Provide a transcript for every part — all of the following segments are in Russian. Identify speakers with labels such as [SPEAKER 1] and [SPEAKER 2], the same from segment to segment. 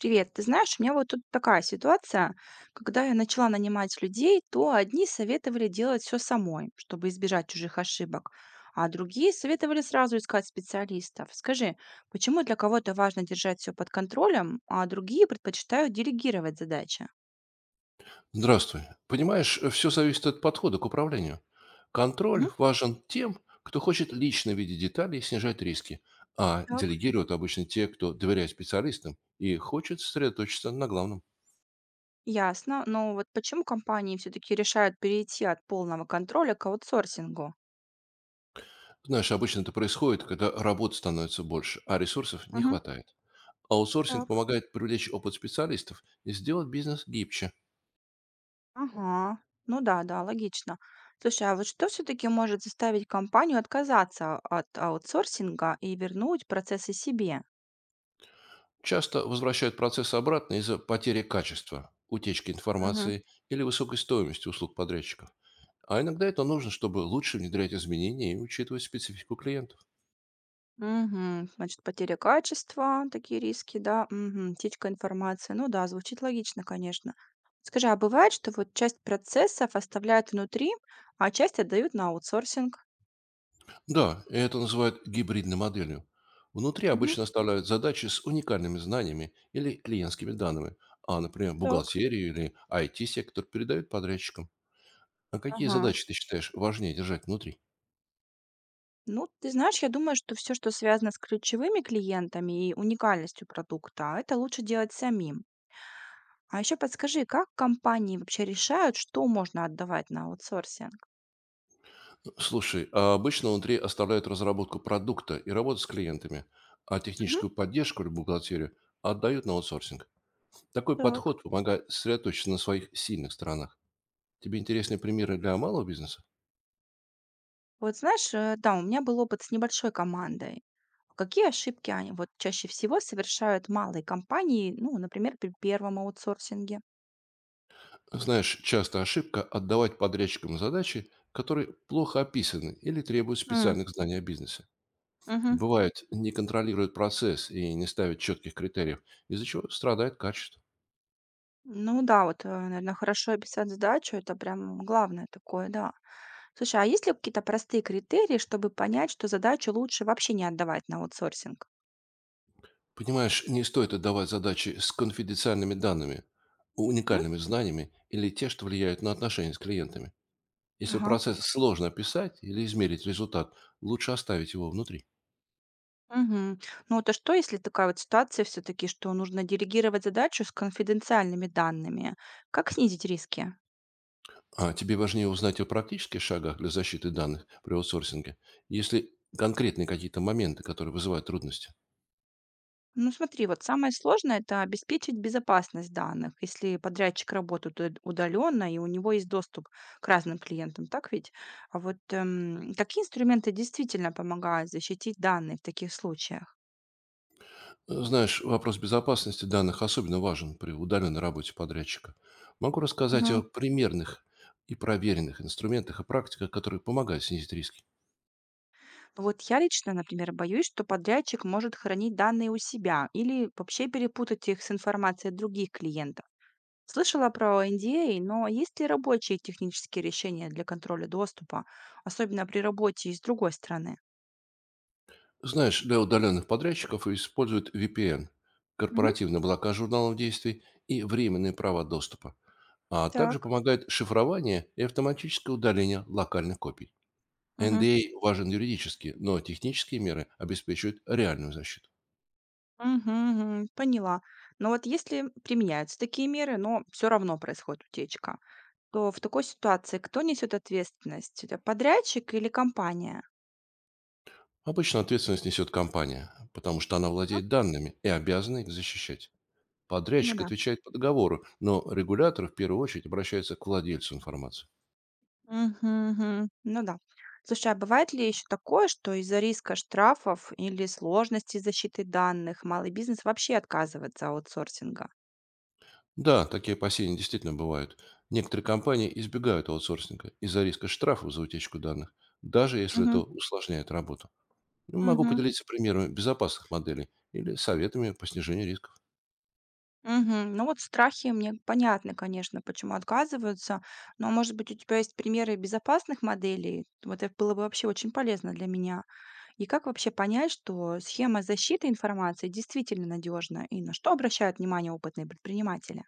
[SPEAKER 1] Привет, ты знаешь, у меня вот тут такая ситуация. Когда я начала нанимать людей, то одни советовали делать все самой, чтобы избежать чужих ошибок, а другие советовали сразу искать специалистов. Скажи, почему для кого-то важно держать все под контролем, а другие предпочитают делегировать задачи?
[SPEAKER 2] Здравствуй. Понимаешь, все зависит от подхода к управлению.
[SPEAKER 1] Мгм.
[SPEAKER 2] Контроль важен тем, кто хочет лично видеть детали и снижать риски, а
[SPEAKER 1] Так.
[SPEAKER 2] делегируют обычно те, кто доверяет специалистам и хочет сосредоточиться на главном.
[SPEAKER 1] Ясно, но вот почему компании все-таки решают перейти от полного контроля к аутсорсингу?
[SPEAKER 2] Знаешь, обычно это происходит, когда работы становится больше, а ресурсов не
[SPEAKER 1] Мгм.
[SPEAKER 2] хватает. Аутсорсинг
[SPEAKER 1] Так.
[SPEAKER 2] помогает привлечь опыт специалистов и сделать бизнес гибче.
[SPEAKER 1] Ага, ну да, да, логично. Слушай, а вот что все-таки может заставить компанию отказаться от аутсорсинга и вернуть процессы себе?
[SPEAKER 2] Часто возвращают процесс обратно из-за потери качества, утечки
[SPEAKER 1] Мгм.
[SPEAKER 2] информации или высокой стоимости услуг подрядчиков. А иногда это нужно, чтобы лучше внедрять изменения и учитывать специфику клиентов.
[SPEAKER 1] Угу, значит, потеря качества, такие риски, да, угу, утечка информации. Ну да, звучит логично, конечно. Скажи, а бывает, что вот часть процессов оставляют внутри, а часть отдают на аутсорсинг?
[SPEAKER 2] Да, это называют гибридной моделью. Внутри
[SPEAKER 1] Мгм.
[SPEAKER 2] обычно оставляют задачи с уникальными знаниями или клиентскими данными, а, например,
[SPEAKER 1] Так.
[SPEAKER 2] бухгалтерию или IT-сектор передают подрядчикам. А какие
[SPEAKER 1] Ага.
[SPEAKER 2] задачи ты считаешь важнее держать внутри?
[SPEAKER 1] Ну, ты знаешь, я думаю, что все, что связано с ключевыми клиентами и уникальностью продукта, это лучше делать самим. А еще подскажи, как компании вообще решают, что можно отдавать на аутсорсинг?
[SPEAKER 2] Слушай, а обычно внутри оставляют разработку продукта и работу с клиентами, а
[SPEAKER 1] Мгм.
[SPEAKER 2] техническую поддержку или бухгалтерию отдают на аутсорсинг. Такой
[SPEAKER 1] Так.
[SPEAKER 2] подход помогает сосредоточиться на своих сильных сторонах. Тебе интересны примеры для малого бизнеса?
[SPEAKER 1] Вот знаешь, да, у меня был опыт с небольшой командой. Какие ошибки они вот чаще всего совершают малые компании, ну, например, при первом аутсорсинге?
[SPEAKER 2] Знаешь, часто ошибка– отдавать подрядчикам задачи, которые плохо описаны или требуют
[SPEAKER 1] М,
[SPEAKER 2] специальных знаний о бизнесе.
[SPEAKER 1] мгм.
[SPEAKER 2] Бывает, не контролируют процесс и не ставят четких критериев, из-за чего страдает качество.
[SPEAKER 1] Ну да, вот, наверное, хорошо описать задачу, это прям главное такое, да. Слушай, а есть ли какие-то простые критерии, чтобы понять, что задачу лучше вообще не отдавать на аутсорсинг?
[SPEAKER 2] Понимаешь, не стоит отдавать задачи с конфиденциальными данными,
[SPEAKER 1] Мгм.
[SPEAKER 2] уникальными знаниями или те, что влияют на отношения с клиентами. Если
[SPEAKER 1] Ага.
[SPEAKER 2] процесс сложно описать или измерить результат, лучше оставить его внутри.
[SPEAKER 1] Мгм. Ну, то что, если такая вот ситуация все-таки, что нужно делегировать задачу с конфиденциальными данными? Как снизить риски?
[SPEAKER 2] А тебе важнее узнать о практических шагах для защиты данных при аутсорсинге? Есть ли конкретные какие-то моменты, которые вызывают трудности?
[SPEAKER 1] Ну, смотри, вот самое сложное– это обеспечить безопасность данных, если подрядчик работает удаленно, и у него есть доступ к разным клиентам, так ведь? А вот какие инструменты действительно помогают защитить данные в таких случаях?
[SPEAKER 2] Знаешь, вопрос безопасности данных особенно важен при удаленной работе подрядчика. Могу рассказать о примерных и проверенных инструментах и практиках, которые помогают снизить риски.
[SPEAKER 1] Вот я лично, например, боюсь, что подрядчик может хранить данные у себя или вообще перепутать их с информацией других клиентов. Слышала про NDA, но есть ли рабочие технические решения для контроля доступа, особенно при работе из другой страны?
[SPEAKER 2] Знаешь, для удаленных подрядчиков используют VPN,
[SPEAKER 1] Мгм.
[SPEAKER 2] корпоративные блокаж журналов действий и временные права доступа, а также
[SPEAKER 1] Так.
[SPEAKER 2] помогает шифрование и автоматическое удаление локальных копий.
[SPEAKER 1] Мгм.
[SPEAKER 2] НДА важен юридически, но технические меры обеспечивают реальную защиту.
[SPEAKER 1] Мгм, мгм, поняла. Но вот если применяются такие меры, но все равно происходит утечка, то в такой ситуации кто несет ответственность? Это подрядчик или компания?
[SPEAKER 2] Обычно ответственность несет компания, потому что она
[SPEAKER 1] А?
[SPEAKER 2] владеет данными и обязана их защищать.
[SPEAKER 1] Ну
[SPEAKER 2] Подрядчик
[SPEAKER 1] да.
[SPEAKER 2] отвечает по договору, но регулятор в первую очередь обращается к владельцу информации.
[SPEAKER 1] Мгм, мгм. Ну да. Слушай, а бывает ли еще такое, что из-за риска штрафов или сложности защиты данных малый бизнес вообще отказывается от аутсорсинга?
[SPEAKER 2] Да, такие опасения действительно бывают. Некоторые компании избегают аутсорсинга из-за риска штрафов за утечку данных, даже если это
[SPEAKER 1] Мгм,
[SPEAKER 2] усложняет работу. Могу
[SPEAKER 1] мгм,
[SPEAKER 2] поделиться примерами безопасных моделей или советами по снижению риска.
[SPEAKER 1] мгм. Ну вот страхи мне понятны, конечно, почему отказываются, но, может быть, у тебя есть примеры безопасных моделей? Вот это было бы вообще очень полезно для меня. И как вообще понять, что схема защиты информации действительно надежна, и на что обращают внимание опытные предприниматели?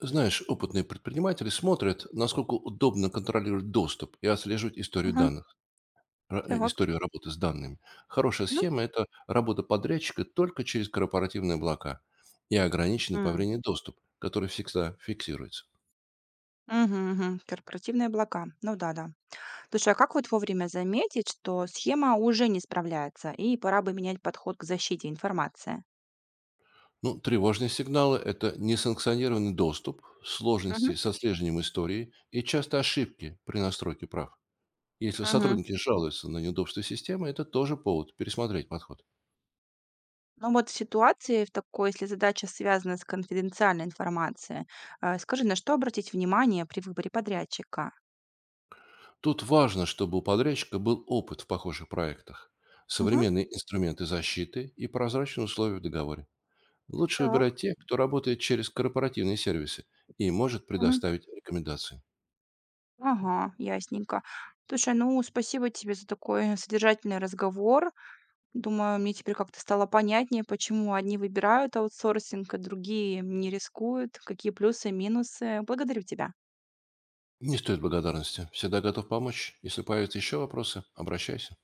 [SPEAKER 2] Знаешь, опытные предприниматели смотрят, насколько удобно контролировать доступ и отслеживать историю
[SPEAKER 1] Мгм.
[SPEAKER 2] данных,
[SPEAKER 1] Так.
[SPEAKER 2] историю работы с данными. Хорошая
[SPEAKER 1] Мгм.
[SPEAKER 2] схема– это работа подрядчика только через корпоративные облака и ограниченный по
[SPEAKER 1] М.
[SPEAKER 2] времени доступ, который всегда фиксируется.
[SPEAKER 1] Мгм, мгм. Корпоративные облака. Ну да, да. Слушай, а как вот вовремя заметить, что схема уже не справляется и пора бы менять подход к защите информации?
[SPEAKER 2] Ну, тревожные сигналы– это несанкционированный доступ,
[SPEAKER 1] Мгм,
[SPEAKER 2] сложности с отслеживанием истории и часто ошибки при настройке прав. Если
[SPEAKER 1] мгм.
[SPEAKER 2] сотрудники жалуются на неудобство системы, это тоже повод пересмотреть подход.
[SPEAKER 1] Ну вот в ситуации в такой, если задача связана с конфиденциальной информацией, скажи, на что обратить внимание при выборе подрядчика?
[SPEAKER 2] Тут важно, чтобы у подрядчика был опыт в похожих проектах,
[SPEAKER 1] Мгм.
[SPEAKER 2] современные инструменты защиты и прозрачные условия в договоре. Лучше
[SPEAKER 1] Так.
[SPEAKER 2] выбирать тех, кто работает через корпоративные сервисы и может
[SPEAKER 1] Мгм.
[SPEAKER 2] предоставить рекомендации.
[SPEAKER 1] Ага, ясненько. Слушай, ну спасибо тебе за такой содержательный разговор. Думаю, мне теперь как-то стало понятнее, почему одни выбирают аутсорсинг, а другие не рискуют, какие плюсы и минусы. Благодарю тебя.
[SPEAKER 2] Не стоит благодарности. Всегда готов помочь. Если появятся еще вопросы, обращайся.